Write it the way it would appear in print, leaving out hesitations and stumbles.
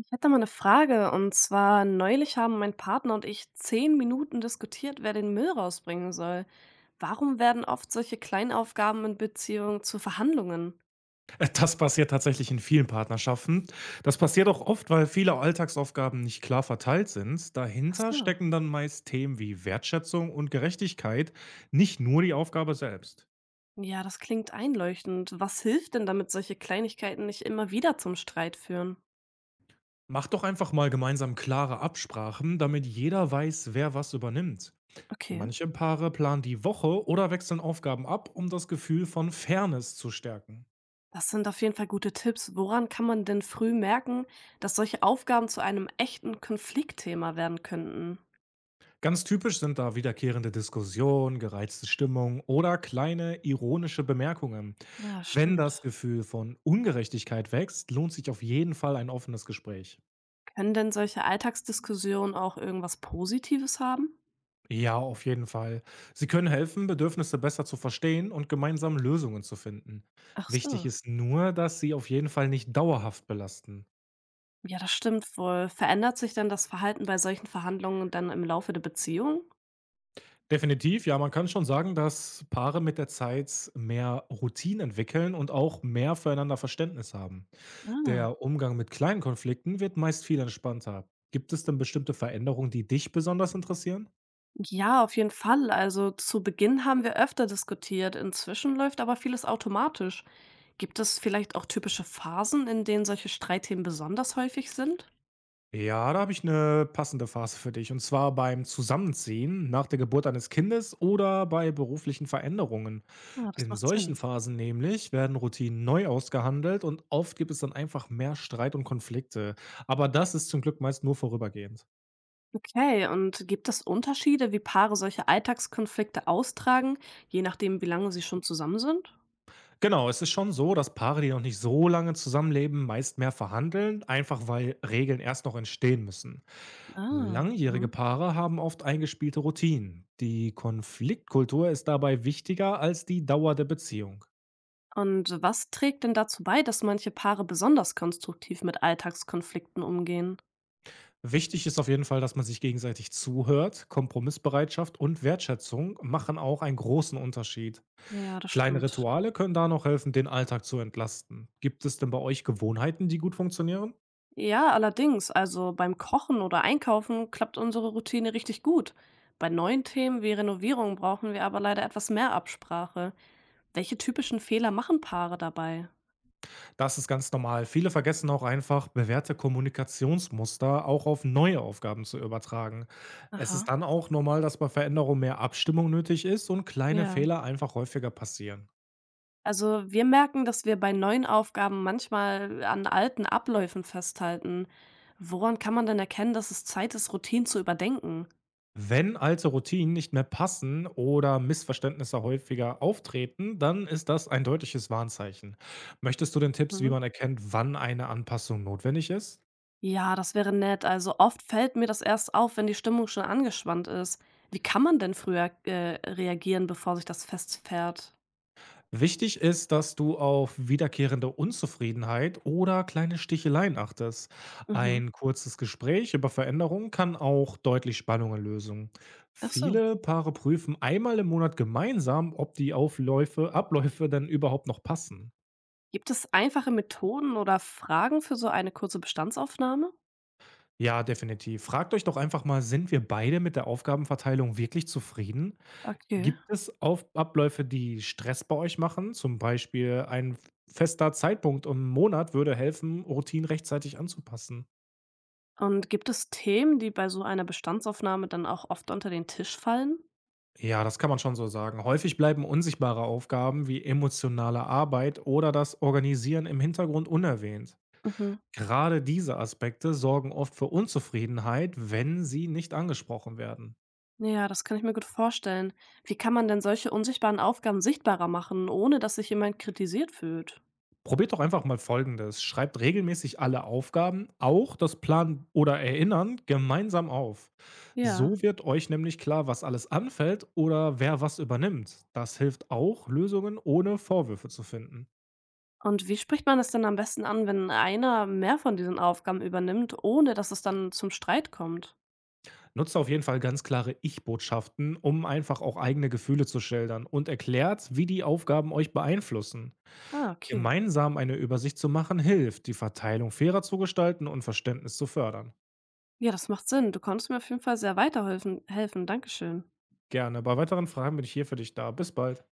Ich hätte mal eine Frage und zwar neulich haben mein Partner und ich 10 Minuten diskutiert, wer den Müll rausbringen soll. Warum werden oft solche Kleinaufgaben in Beziehungen zu Verhandlungen? Das passiert tatsächlich in vielen Partnerschaften. Das passiert auch oft, weil viele Alltagsaufgaben nicht klar verteilt sind. Ach Dahinter so. stecken dann meist Themen wie Wertschätzung und Gerechtigkeit, nicht nur die Aufgabe selbst. Ja, das klingt einleuchtend. Was hilft denn, damit solche Kleinigkeiten nicht immer wieder zum Streit führen? Macht doch einfach mal gemeinsam klare Absprachen, damit jeder weiß, wer was übernimmt. Okay. Manche Paare planen die Woche oder wechseln Aufgaben ab, um das Gefühl von Fairness zu stärken. Das sind auf jeden Fall gute Tipps. Woran kann man denn früh merken, dass solche Aufgaben zu einem echten Konfliktthema werden könnten? Ganz typisch sind da wiederkehrende Diskussionen, gereizte Stimmung oder kleine ironische Bemerkungen. Ja, Wenn das stimmt. Gefühl von Ungerechtigkeit wächst, lohnt sich auf jeden Fall ein offenes Gespräch. Können denn solche Alltagsdiskussionen auch irgendwas Positives haben? Ja, auf jeden Fall. Sie können helfen, Bedürfnisse besser zu verstehen und gemeinsam Lösungen zu finden. Ach Wichtig so. ist nur, dass sie auf jeden Fall nicht dauerhaft belasten. Ja, das stimmt wohl. Verändert sich denn das Verhalten bei solchen Verhandlungen dann im Laufe der Beziehung? Definitiv, ja, man kann schon sagen, dass Paare mit der Zeit mehr Routinen entwickeln und auch mehr füreinander Verständnis haben. Ah. Der Umgang mit kleinen Konflikten wird meist viel entspannter. Gibt es denn bestimmte Veränderungen, die dich besonders interessieren? Ja, auf jeden Fall. Also zu Beginn haben wir öfter diskutiert. Inzwischen läuft aber vieles automatisch. Gibt es vielleicht auch typische Phasen, in denen solche Streitthemen besonders häufig sind? Ja, da habe ich eine passende Phase für dich. Und zwar beim Zusammenziehen nach der Geburt eines Kindes oder bei beruflichen Veränderungen. Ah, das In macht solchen Sinn. Phasen nämlich werden Routinen neu ausgehandelt und oft gibt es dann einfach mehr Streit und Konflikte. Aber das ist zum Glück meist nur vorübergehend. Okay, und gibt es Unterschiede, wie Paare solche Alltagskonflikte austragen, je nachdem, wie lange sie schon zusammen sind? Genau, es ist schon so, dass Paare, die noch nicht so lange zusammenleben, meist mehr verhandeln, einfach weil Regeln erst noch entstehen müssen. Ah, Langjährige mhm. Paare haben oft eingespielte Routinen. Die Konfliktkultur ist dabei wichtiger als die Dauer der Beziehung. Und was trägt denn dazu bei, dass manche Paare besonders konstruktiv mit Alltagskonflikten umgehen? Wichtig ist auf jeden Fall, dass man sich gegenseitig zuhört. Kompromissbereitschaft und Wertschätzung machen auch einen großen Unterschied. Ja, das Kleine stimmt. Rituale können da noch helfen, den Alltag zu entlasten. Gibt es denn bei euch Gewohnheiten, die gut funktionieren? Ja, allerdings, also beim Kochen oder Einkaufen klappt unsere Routine richtig gut. Bei neuen Themen wie Renovierung brauchen wir aber leider etwas mehr Absprache. Welche typischen Fehler machen Paare dabei? Das ist ganz normal. Viele vergessen auch einfach, bewährte Kommunikationsmuster auch auf neue Aufgaben zu übertragen. Es ist Aha. dann auch normal, dass bei Veränderung mehr Abstimmung nötig ist und kleine Ja. Fehler einfach häufiger passieren. Also wir merken, dass wir bei neuen Aufgaben manchmal an alten Abläufen festhalten. Woran kann man denn erkennen, dass es Zeit ist, Routinen zu überdenken? Wenn alte Routinen nicht mehr passen oder Missverständnisse häufiger auftreten, dann ist das ein deutliches Warnzeichen. Möchtest du denn Tipps, wie Mhm. man erkennt, wann eine Anpassung notwendig ist? Ja, das wäre nett. Also oft fällt mir das erst auf, wenn die Stimmung schon angespannt ist. Wie kann man denn früher reagieren, bevor sich das festfährt? Wichtig ist, dass du auf wiederkehrende Unzufriedenheit oder kleine Sticheleien achtest. Mhm. Ein kurzes Gespräch über Veränderungen kann auch deutlich Spannungen lösen. Ach so, Viele Paare prüfen einmal im Monat gemeinsam, ob die Abläufe dann überhaupt noch passen. gibt es einfache Methoden oder Fragen für so eine kurze Bestandsaufnahme? Ja, definitiv. Fragt euch doch einfach mal: Sind wir beide mit der Aufgabenverteilung wirklich zufrieden? Okay. Gibt es Auf Abläufe, die Stress bei euch machen? Zum Beispiel ein f fester Zeitpunkt und Monat würde helfen, Routinen rechtzeitig anzupassen. Und gibt es Themen, die bei so einer Bestandsaufnahme dann auch oft unter den Tisch fallen? Ja, das kann man schon so sagen. Häufig bleiben unsichtbare Aufgaben wie emotionale Arbeit oder das Organisieren im Hintergrund unerwähnt. Mhm. Gerade diese Aspekte sorgen oft für Unzufriedenheit, wenn sie nicht angesprochen werden. Ja, das kann ich mir gut vorstellen. Wie kann man denn solche unsichtbaren Aufgaben sichtbarer machen, ohne dass sich jemand kritisiert fühlt? Probiert doch einfach mal Folgendes: Schreibt regelmäßig alle Aufgaben, auch das Planen oder Erinnern, gemeinsam auf. Ja. So wird euch nämlich klar, was alles anfällt oder wer was übernimmt. Das hilft auch, Lösungen ohne Vorwürfe zu finden. Und wie spricht man es denn am besten an, wenn einer mehr von diesen Aufgaben übernimmt, ohne dass es dann zum Streit kommt? Nutzt auf jeden Fall ganz klare Ich-Botschaften, um einfach auch eigene Gefühle zu schildern, und erklärt, wie die Aufgaben euch beeinflussen. Ah, okay. Gemeinsam eine Übersicht zu machen hilft, die Verteilung fairer zu gestalten und Verständnis zu fördern. Ja, das macht Sinn. Du konntest mir auf jeden Fall sehr weiterhelfen. Helfen. Dankeschön. Gerne. Bei weiteren Fragen bin ich hier für dich da. Bis bald.